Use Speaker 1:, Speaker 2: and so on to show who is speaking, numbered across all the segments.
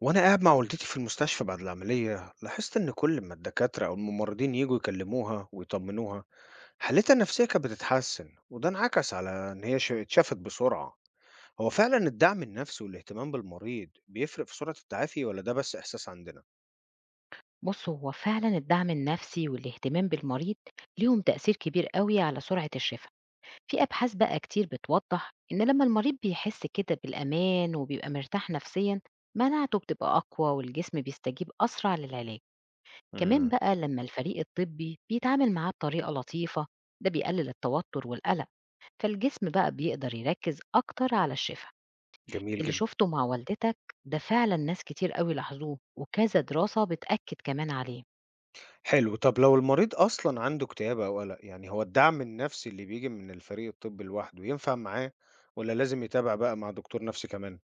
Speaker 1: وأنا قاعد مع والدتي في المستشفى بعد العملية، لاحظت إن كل ما الدكاترة أو الممرضين يجوا يكلموها ويطمنوها، حالتها النفسية كانت بتتحسن، وده انعكس على إن هي اتشافت بسرعة. هو فعلا الدعم النفسي والاهتمام بالمريض بيفرق في سرعة التعافي، ولا ده بس إحساس عندنا؟
Speaker 2: بص، هو فعلا الدعم النفسي والاهتمام بالمريض ليهم تأثير كبير قوي على سرعة الشفاء. في أبحاث بقى كتير بتوضح إن لما المريض بيحس كده بالأمان وبيبقى مرتاح نفسيا، مناعته بتبقى أقوى والجسم بيستجيب أسرع للعلاج. كمان
Speaker 1: مم.
Speaker 2: بقى لما الفريق الطبي بيتعامل معاه بطريقة لطيفة، ده بيقلل التوتر والقلق، فالجسم بقى بيقدر يركز أكتر على الشفاء.
Speaker 1: جميل
Speaker 2: اللي
Speaker 1: جدا.
Speaker 2: شفته مع والدتك ده فعلا ناس كتير قوي لاحظوه وكذا دراسة بتأكد كمان عليه.
Speaker 1: حلو. طب لو المريض أصلا عنده اكتئاب أو قلق، يعني هو الدعم النفسي اللي بيجي من الفريق الطبي لوحده ينفع معاه ولا لازم يتابع بقى مع دكتور نفسي كمان؟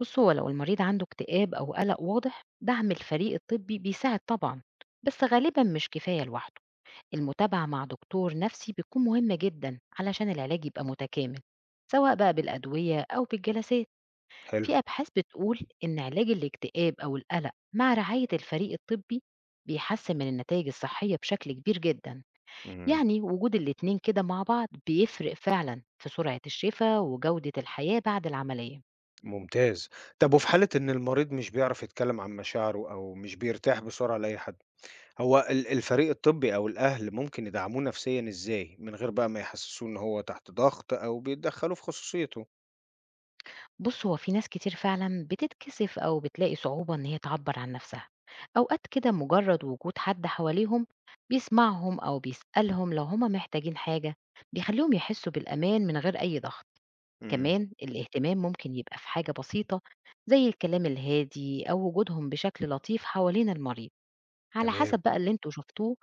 Speaker 2: بص، هو لو المريض عنده اكتئاب أو قلق واضح دعم الفريق الطبي بيساعد طبعا، بس غالبا مش كفاية لوحده. المتابعة مع دكتور نفسي بتكون مهمة جدا علشان العلاج يبقى متكامل، سواء بقى بالأدوية أو بالجلسات.
Speaker 1: حلو.
Speaker 2: في أبحاث بتقول إن علاج الاكتئاب أو القلق مع رعاية الفريق الطبي بيحسن من النتائج الصحية بشكل كبير جدا.
Speaker 1: مم.
Speaker 2: يعني وجود الاتنين كده مع بعض بيفرق فعلا في سرعة الشفاء وجودة الحياة بعد العملية.
Speaker 1: ممتاز. طب وفي حالة إن المريض مش بيعرف يتكلم عن مشاعره أو مش بيرتاح بسرعة لأي حد، هو الفريق الطبي أو الأهل ممكن يدعموه نفسيًا إزاي، من غير بقى ما يحسسوه إن هو تحت ضغط أو بيتدخلوا في خصوصيته؟
Speaker 2: بُص، هو في ناس كتير فعلًا بتتكسف أو بتلاقي صعوبة إن هي تعبّر عن نفسها، أوقات كده مجرد وجود حد حواليهم بيسمعهم أو بيسألهم لو هم محتاجين حاجة، بيخلّيهم يحسّوا بالأمان من غير أي ضغط.
Speaker 1: إمم،
Speaker 2: كمان الاهتمام ممكن يبقى في حاجة بسيطة زي الكلام الهادي أو وجودهم بشكل لطيف حوالين المريض، على حسب
Speaker 1: تمام.
Speaker 2: بقى اللي أنتم شفتوه.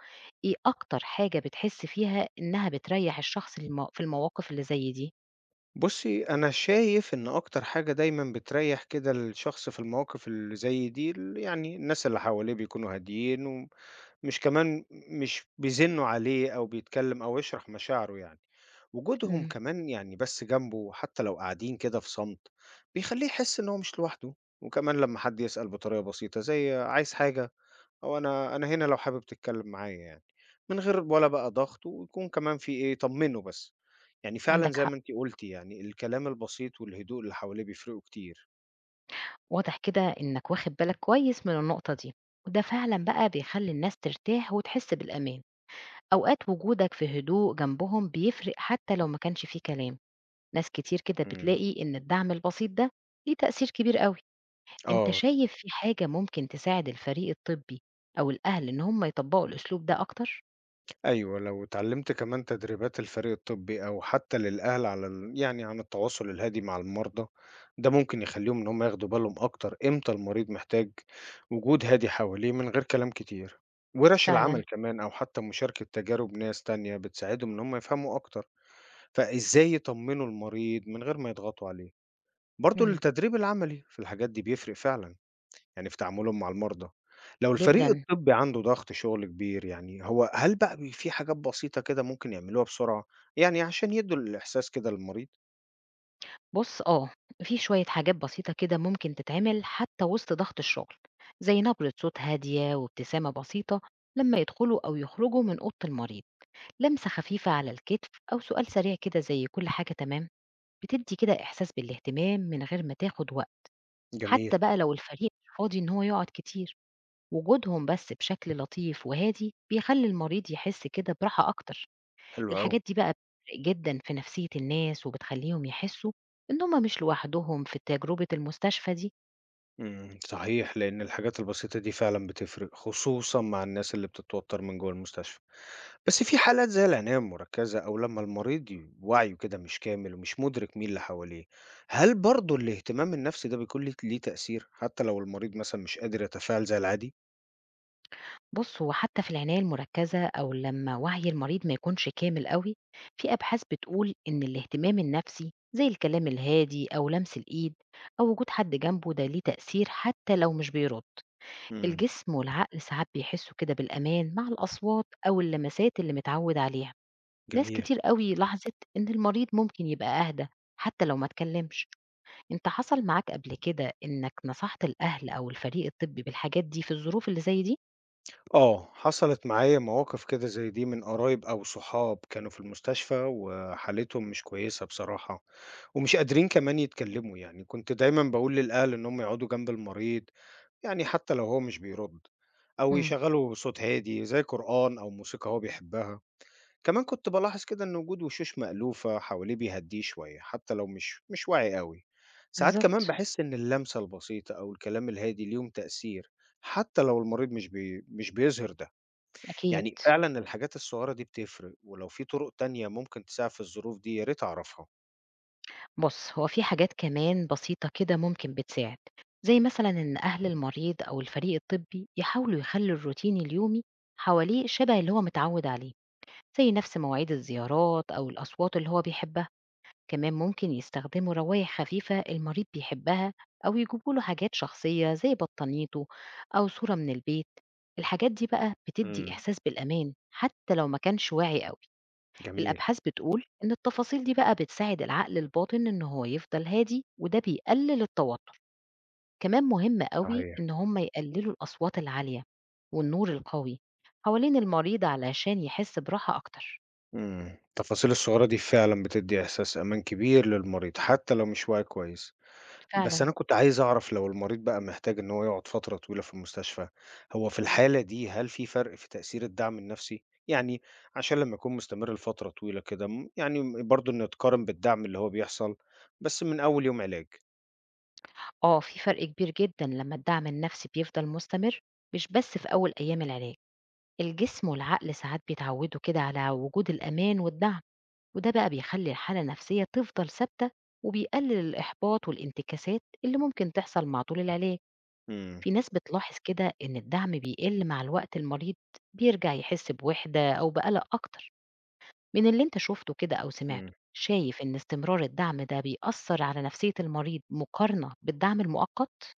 Speaker 2: إيه أكتر حاجة بتحس فيها إنها بتريّح الشخص المو في المواقف اللي زي دي؟
Speaker 1: بُصّي، أنا شايف إن أكتر حاجة دايمًا بتريّح كده الشخص في المواقف اللي زي دي يعني الناس اللي حواليه بيكونوا هاديين، و مش كمان مش بيزنّوا عليه أو بيتكلّم أو يشرح مشاعره يعني. وجودهم
Speaker 2: إمم،
Speaker 1: كمان يعني بس جنبه حتّى لو قاعدين كده في صمت، بيخلّيه يحس إن هو مش لوحده، وكمان لمّا حد يسأل بطريقة بسيطة زي عايز حاجة أو أنا هنا لو حابب تتكلّم معايا يعني، من غير ولا بقى ضغط، ويكون كمان في إيه، طمّنه بس. يعني فعلًا
Speaker 2: عندك
Speaker 1: زي ما
Speaker 2: حق.
Speaker 1: أنتِ قُلتِ يعني الكلام البسيط والهدوء اللي حواليه بيفرقوا كتير.
Speaker 2: واضح كده إنك واخد بالك كويس من النقطة دي، وده فعلا بقى بيخلي الناس ترتاح وتحس بالأمان. أوقات وجودك في هدوء جنبهم بيفرق حتى لو ما كانش فيه كلام. ناس كتير كده
Speaker 1: إمم.
Speaker 2: بتلاقي إن الدعم البسيط ده ليه تأثير كبير قوي. أنت
Speaker 1: آه.
Speaker 2: شايف في حاجة ممكن تساعد الفريق الطبي أو الأهل إن هم يطبقوا الأسلوب ده أكتر؟
Speaker 1: أيوه، لو اتعلّمت كمان تدريبات الفريق الطبّي أو حتى للأهل على يعني عن التواصل الهادي مع المرضى، ده ممكن يخلّيهم إن هم ياخدوا بالهم أكتر إمتى المريض محتاج وجود هادي حواليه من غير كلام كتير، وورش العمل
Speaker 2: فعلا.
Speaker 1: كمان أو حتى مشاركة تجارب ناس تانية بتساعدهم إن هم يفهموا أكتر، فإزاي يطمّنوا المريض من غير ما يضغطوا عليه، برضه
Speaker 2: مم.
Speaker 1: التدريب العملي في الحاجات دي بيفرق فعلًا. يعني في تعاملهم مع المرضى. لو الفريق
Speaker 2: جدا.
Speaker 1: الطبّي عنده ضغط شغل كبير يعني، هو هل بقى في حاجات بسيطة كده ممكن يعملوها بسرعة، يعني عشان يدّوا الإحساس كده للمريض؟
Speaker 2: بُص، آه، في شوية حاجات بسيطة كده ممكن تتعمل حتى وسط ضغط الشغل، زي نبرة صوت هادية وابتسامة بسيطة لمّا يدخلوا أو يخرجوا من أوضة المريض، لمسة خفيفة على الكتف أو سؤال سريع كده زي كل حاجة تمام، بتدّي كده إحساس بالاهتمام من غير ما تاخد وقت.
Speaker 1: جميل،
Speaker 2: حتى بقى لو الفريق مش فاضي إن هو يقعد كتير، وجودهم بس بشكل لطيف وهادي بيخلّي المريض يحس كده براحة أكتر.
Speaker 1: حلو أوي.
Speaker 2: الحاجات دي بقى بتفرق جدًا في نفسية الناس، وبتخلّيهم يحسّوا إن هُم مش لوحدهم في تجربة المستشفى دي.
Speaker 1: إمم، صحيح، لإن الحاجات البسيطة دي فعلًا بتفرق، خصوصًا مع الناس اللي بتتوتر من جوّه المستشفى. بس في حالات زي العناية المركزة أو لمّا المريض وعيه كده مش كامل ومش مدرك مين اللي حواليه، هل برضه الاهتمام النفسي ده بيكون ليه تأثير، حتى لو المريض مثلًا مش قادر يتفاعل زي العادي؟
Speaker 2: بُص، هو حتى في العناية المركزة أو لمّا وعي المريض ما يكونش كامل أوي، في أبحاث بتقول إن الاهتمام النفسي زي الكلام الهادي أو لمس الإيد أو وجود حد جنبه ده ليه تأثير حتى لو مش بيرد.
Speaker 1: إمم،
Speaker 2: الجسم والعقل ساعات بيحسّوا كده بالأمان مع الأصوات أو اللمسات اللي متعوّد عليها. ناس
Speaker 1: جميل.
Speaker 2: كتير أوي لاحظت إن المريض ممكن يبقى أهدى حتى لو ما اتكلمش. أنت حصل معاك قبل كده إنك نصحت الأهل أو الفريق الطبّي بالحاجات دي في الظروف اللي زي دي؟
Speaker 1: آه، حصلت معايا مواقف كده زي دي من قرايب أو صحاب كانوا في المستشفى وحالتهم مش كويسة بصراحة، ومش قادرين كمان يتكلموا، يعني كنت دايما بقول للأهل إنهم يقعدوا جنب المريض، يعني حتى لو هو مش بيرد، أو
Speaker 2: إمم،
Speaker 1: يشغلوا صوت هادي زي قرآن أو موسيقى هو بيحبها. كمان كنت بلاحظ كده إن وجود وشوش مألوفة حواليه بيهديه شوية حتى لو مش واعي قوي. ساعات كمان
Speaker 2: بالضبط.
Speaker 1: بحس إن اللمسة البسيطة أو الكلام الهادي ليهم تأثير حتى لو المريض مش بيظهر ده.
Speaker 2: أكيد.
Speaker 1: يعني فعلًا الحاجات الصغيرة دي بتفرق، ولو في طرق تانية ممكن تساعد في الظروف دي يا ريت أعرفها.
Speaker 2: بُص، هو في حاجات كمان بسيطة كده ممكن بتساعد، زي مثلًا إن أهل المريض أو الفريق الطبّي يحاولوا يخلّوا الروتين اليومي حواليه شبه اللي هو متعوّد عليه، زي نفس مواعيد الزيارات أو الأصوات اللي هو بيحبها. كمان ممكن يستخدموا روايح خفيفة المريض بيحبها، أو يجيبوا له حاجات شخصية زي بطانيته أو صورة من البيت. الحاجات دي بقى بتدي
Speaker 1: إمم،
Speaker 2: إحساس بالأمان حتى لو ما كانش واعي قوي.
Speaker 1: جميل،
Speaker 2: الأبحاث بتقول إن التفاصيل دي بقى بتساعد العقل الباطن إن هو يفضل هادي وده بيقلل التوتر. كمان مهم قوي
Speaker 1: صحيح.
Speaker 2: إن هم يقللوا الأصوات العالية والنور القوي حوالين المريض علشان يحس براحة أكتر.
Speaker 1: التفاصيل الصغيرة دي فعلًا بتدّي إحساس أمان كبير للمريض حتى لو مش واعي كويس، بس
Speaker 2: فعلا.
Speaker 1: أنا كنت عايز أعرف لو المريض بقى محتاج إن هو يقعد فترة طويلة في المستشفى، هو في الحالة دي هل في فرق في تأثير الدعم النفسي؟ يعني عشان لمّا يكون مستمر لفترة طويلة كده يعني برضه نتقارن بالدعم اللي هو بيحصل بس من أول يوم علاج.
Speaker 2: آه، في فرق كبير جدًا لمّا الدعم النفسي بيفضل مستمر، مش بس في أول أيام العلاج. الجسم والعقل ساعات بيتعودوا كده على وجود الأمان والدعم، وده بقى بيخلّي الحالة النفسية تفضل ثابتة، وبيقلل الإحباط والانتكاسات اللي ممكن تحصل مع طول العلاج.
Speaker 1: إمم.
Speaker 2: في ناس بتلاحظ كده إن الدعم بيقل مع الوقت المريض بيرجع يحس بوحدة أو بقلق أكتر. من اللي أنت شُفته كده أو
Speaker 1: إمم.
Speaker 2: سمعته، شايف إن استمرار الدعم ده بيأثّر على نفسية المريض مقارنة بالدعم المؤقت؟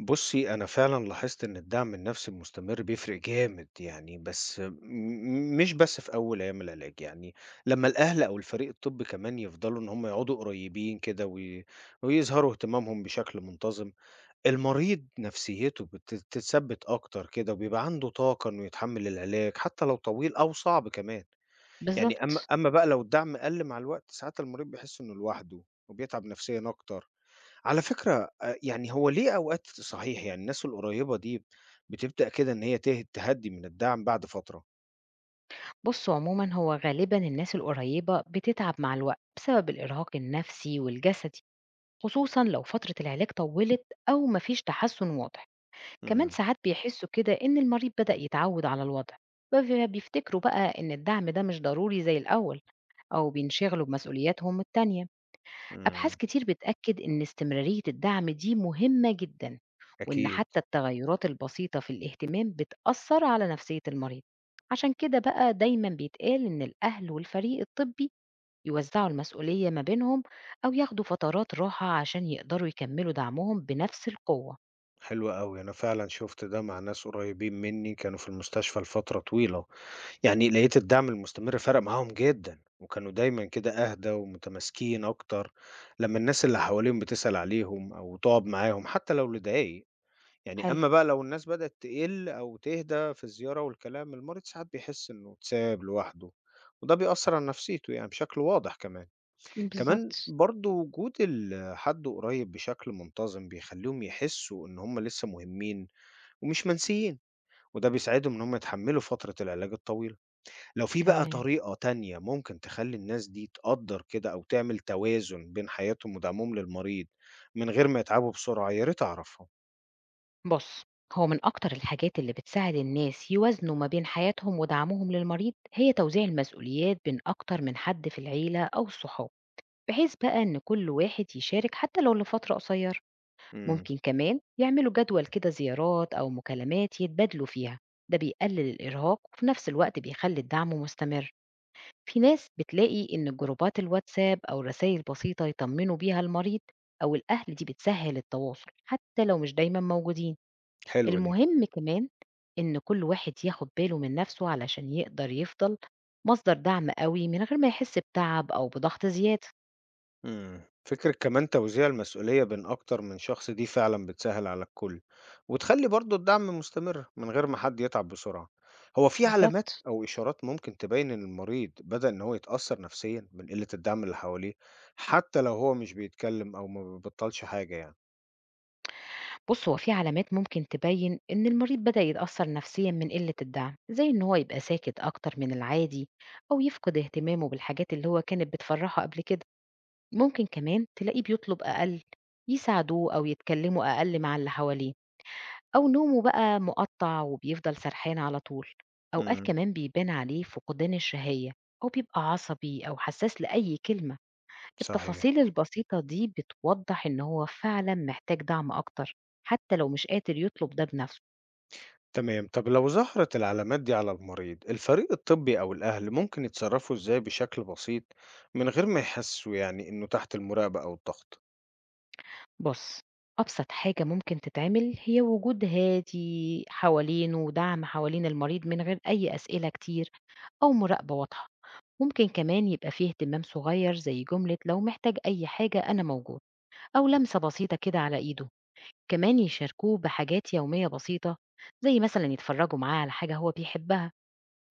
Speaker 1: بُصّي، أنا فعلًا لاحظت إن الدعم النفسي المستمر بيفرق جامد يعني، بس م م مش بس في أول أيام العلاج، يعني لمّا الأهل أو الفريق الطبّي كمان يفضلوا إن هم يقعدوا قريبين كده ويظهروا اهتمامهم بشكل منتظم، المريض نفسيته بتتثبّت أكتر كده وبيبقى عنده طاقة إنه يتحمّل العلاج حتى لو طويل أو صعب كمان، يعني أمّا
Speaker 2: بالضبط.
Speaker 1: أمّا بقى لو الدعم قَل مع الوقت، ساعات المريض بيحس إنه لوحده وبيتعب نفسيًا أكتر. على فكرة يعني هو ليه أوقات صحيح يعني الناس القريّبة دي بتبدأ كده إن هي تهدّي من الدعم بعد فترة.
Speaker 2: بصوا عموما هو غالبا الناس القريبة بتتعب مع الوقت بسبب الإرهاق النفسي والجسدي، خصوصا لو فترة العلاج طولت أو مفيش تحسن واضح. كمان
Speaker 1: إمم،
Speaker 2: ساعات بيحسوا كده إن المريض بدأ يتعود على الوضع، بيفتكروا بقى إن الدعم ده مش ضروري زي الأول، أو بينشغلوا بمسؤولياتهم التانية. أبحاث
Speaker 1: إمم.
Speaker 2: كتير بتأكد إن استمرارية الدعم دي مهمة جدًا، وإن
Speaker 1: أكيد،
Speaker 2: حتى التغيرات البسيطة في الاهتمام بتأثّر على نفسية المريض. عشان كده بقى دايمًا بيتقال إن الأهل والفريق الطبي يوزعوا المسؤولية ما بينهم أو ياخدوا فترات راحة عشان يقدروا يكمّلوا دعمهم بنفس القوة.
Speaker 1: حلو أوي، أنا فعلًا شُفت ده مع ناس قريّبين منّي كانوا في المستشفى لفترة طويلة، يعني لقيت الدعم المستمر فرق معاهم جدًا، وكانوا دايمًا كده أهدى ومتماسكين أكتر لمّا الناس اللي حواليهم بتسأل عليهم أو تقعد معاهم حتى لو لدقايق. يعني
Speaker 2: حلو.
Speaker 1: أمّا بقى لو الناس بدأت تقِل أو تهدى في الزيارة والكلام، المريض ساعات بيحس إنه اتساب لوحده، وده بيأثّر على نفسيته يعني بشكل واضح كمان. كمان
Speaker 2: بالضبط.
Speaker 1: برضه وجود حد قريب بشكل منتظم بيخلّيهم يحسّوا إن هم لسه مهمين ومش منسيين، وده بيساعدهم إن هم يتحمّلوا فترة العلاج الطويلة. لو في بقى
Speaker 2: تمام.
Speaker 1: طريقة تانية ممكن تخلّي الناس دي تقدّر كده أو تعمل توازن بين حياتهم ودعمهم للمريض من غير ما يتعبوا بسرعة، يا ريت أعرفها.
Speaker 2: بُص، هو من أكتر الحاجات اللي بتساعد الناس يوازنوا ما بين حياتهم ودعمهم للمريض هي توزيع المسؤوليات بين أكتر من حد في العيلة أو الصحاب، بحيث بقى إن كل واحد يشارك حتى لو لفترة قصيرة.
Speaker 1: إمم،
Speaker 2: ممكن كمان يعملوا جدول كده زيارات أو مكالمات يتبادلوا فيها، ده بيقلل الإرهاق وفي نفس الوقت بيخلي الدعم مستمر. في ناس بتلاقي إن جروبات الواتساب أو رسائل بسيطة يطمنوا بيها المريض أو الأهل دي بتسهل التواصل حتى لو مش دايما موجودين.
Speaker 1: حلوة دي.
Speaker 2: المهم كمان إن كل واحد ياخد باله من نفسه علشان يقدر يفضل مصدر دعم قوي من غير ما يحس بتعب أو بضغط زيادة.
Speaker 1: إمم. فكرة كمان توزيع المسؤولية بين أكتر من شخص دي فعلًا بتسهِّل على الكل، وتخلّي برضه الدعم مستمر من غير ما حد يتعب بسرعة. هو في علامات
Speaker 2: بالظبط.
Speaker 1: أو إشارات ممكن تبيّن إن المريض بدأ إن هو يتأثّر نفسيًا من قِلّة الدعم اللي حواليه، حتى لو هو مش بيتكلّم أو ما بيبطّلش حاجة يعني؟
Speaker 2: بُص، هو في علامات ممكن تبيّن إن المريض بدأ يتأثّر نفسيًا من قلة الدعم، زي إن هو يبقى ساكت أكتر من العادي أو يفقد اهتمامه بالحاجات اللي هو كانت بتفرّحه قبل كده. ممكن كمان تلاقيه بيطلب أقل، يساعدوه أو يتكلّموا أقل مع اللي حواليه، أو نومه بقى مُقطّع وبيفضل سرحان على طول. أوقات
Speaker 1: إمم،
Speaker 2: كمان بيبان عليه فقدان الشهية أو بيبقى عصبي أو حسّاس لأي كلمة.
Speaker 1: صحيح.
Speaker 2: التفاصيل البسيطة دي بتوضح إن هو فعلا محتاج دعم أكتر حتى لو مش قادر يطلب ده بنفسه.
Speaker 1: تمام، طَب لو ظهرت العلامات دي على المريض، الفريق الطبّي أو الأهل ممكن يتصرّفوا إزاي بشكل بسيط من غير ما يحسّسوا يعني إنه تحت المراقبة أو الضغط؟
Speaker 2: بص، أبسط حاجة ممكن تتعمل هي وجود هادي حوالينه ودعم حوالين المريض من غير أي أسئلة كتير أو مراقبة واضحة. ممكن كمان يبقى فيه اهتمام صغير زي جملة لو محتاج أي حاجة أنا موجود، أو لمسة بسيطة كده على إيده. كمان يشاركوه بحاجات يومية بسيطة زي مثلا يتفرجوا معاه على حاجة هو بيحبها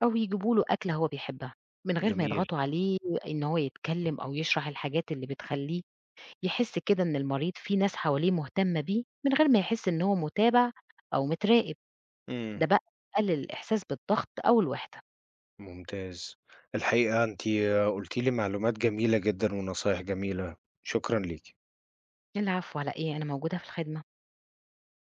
Speaker 2: أو يجيبوا له أكلة هو بيحبها، من غير ما
Speaker 1: جميل.
Speaker 2: يضغطوا عليه إن هو يتكلم أو يشرح الحاجات اللي بتخلّيه يحس كده إن المريض في ناس حواليه مهتمة بيه، من غير ما يحس إن هو متابع أو متراقب،
Speaker 1: إمم،
Speaker 2: ده بقى بيقلل الإحساس بالضغط أو الوحدة.
Speaker 1: ممتاز. الحقيقة أنتِ قلتِ لي معلومات جميلة جدًا ونصايح جميلة، شكرًا ليكِ.
Speaker 2: العفو على إيه، أنا موجودة في الخدمة.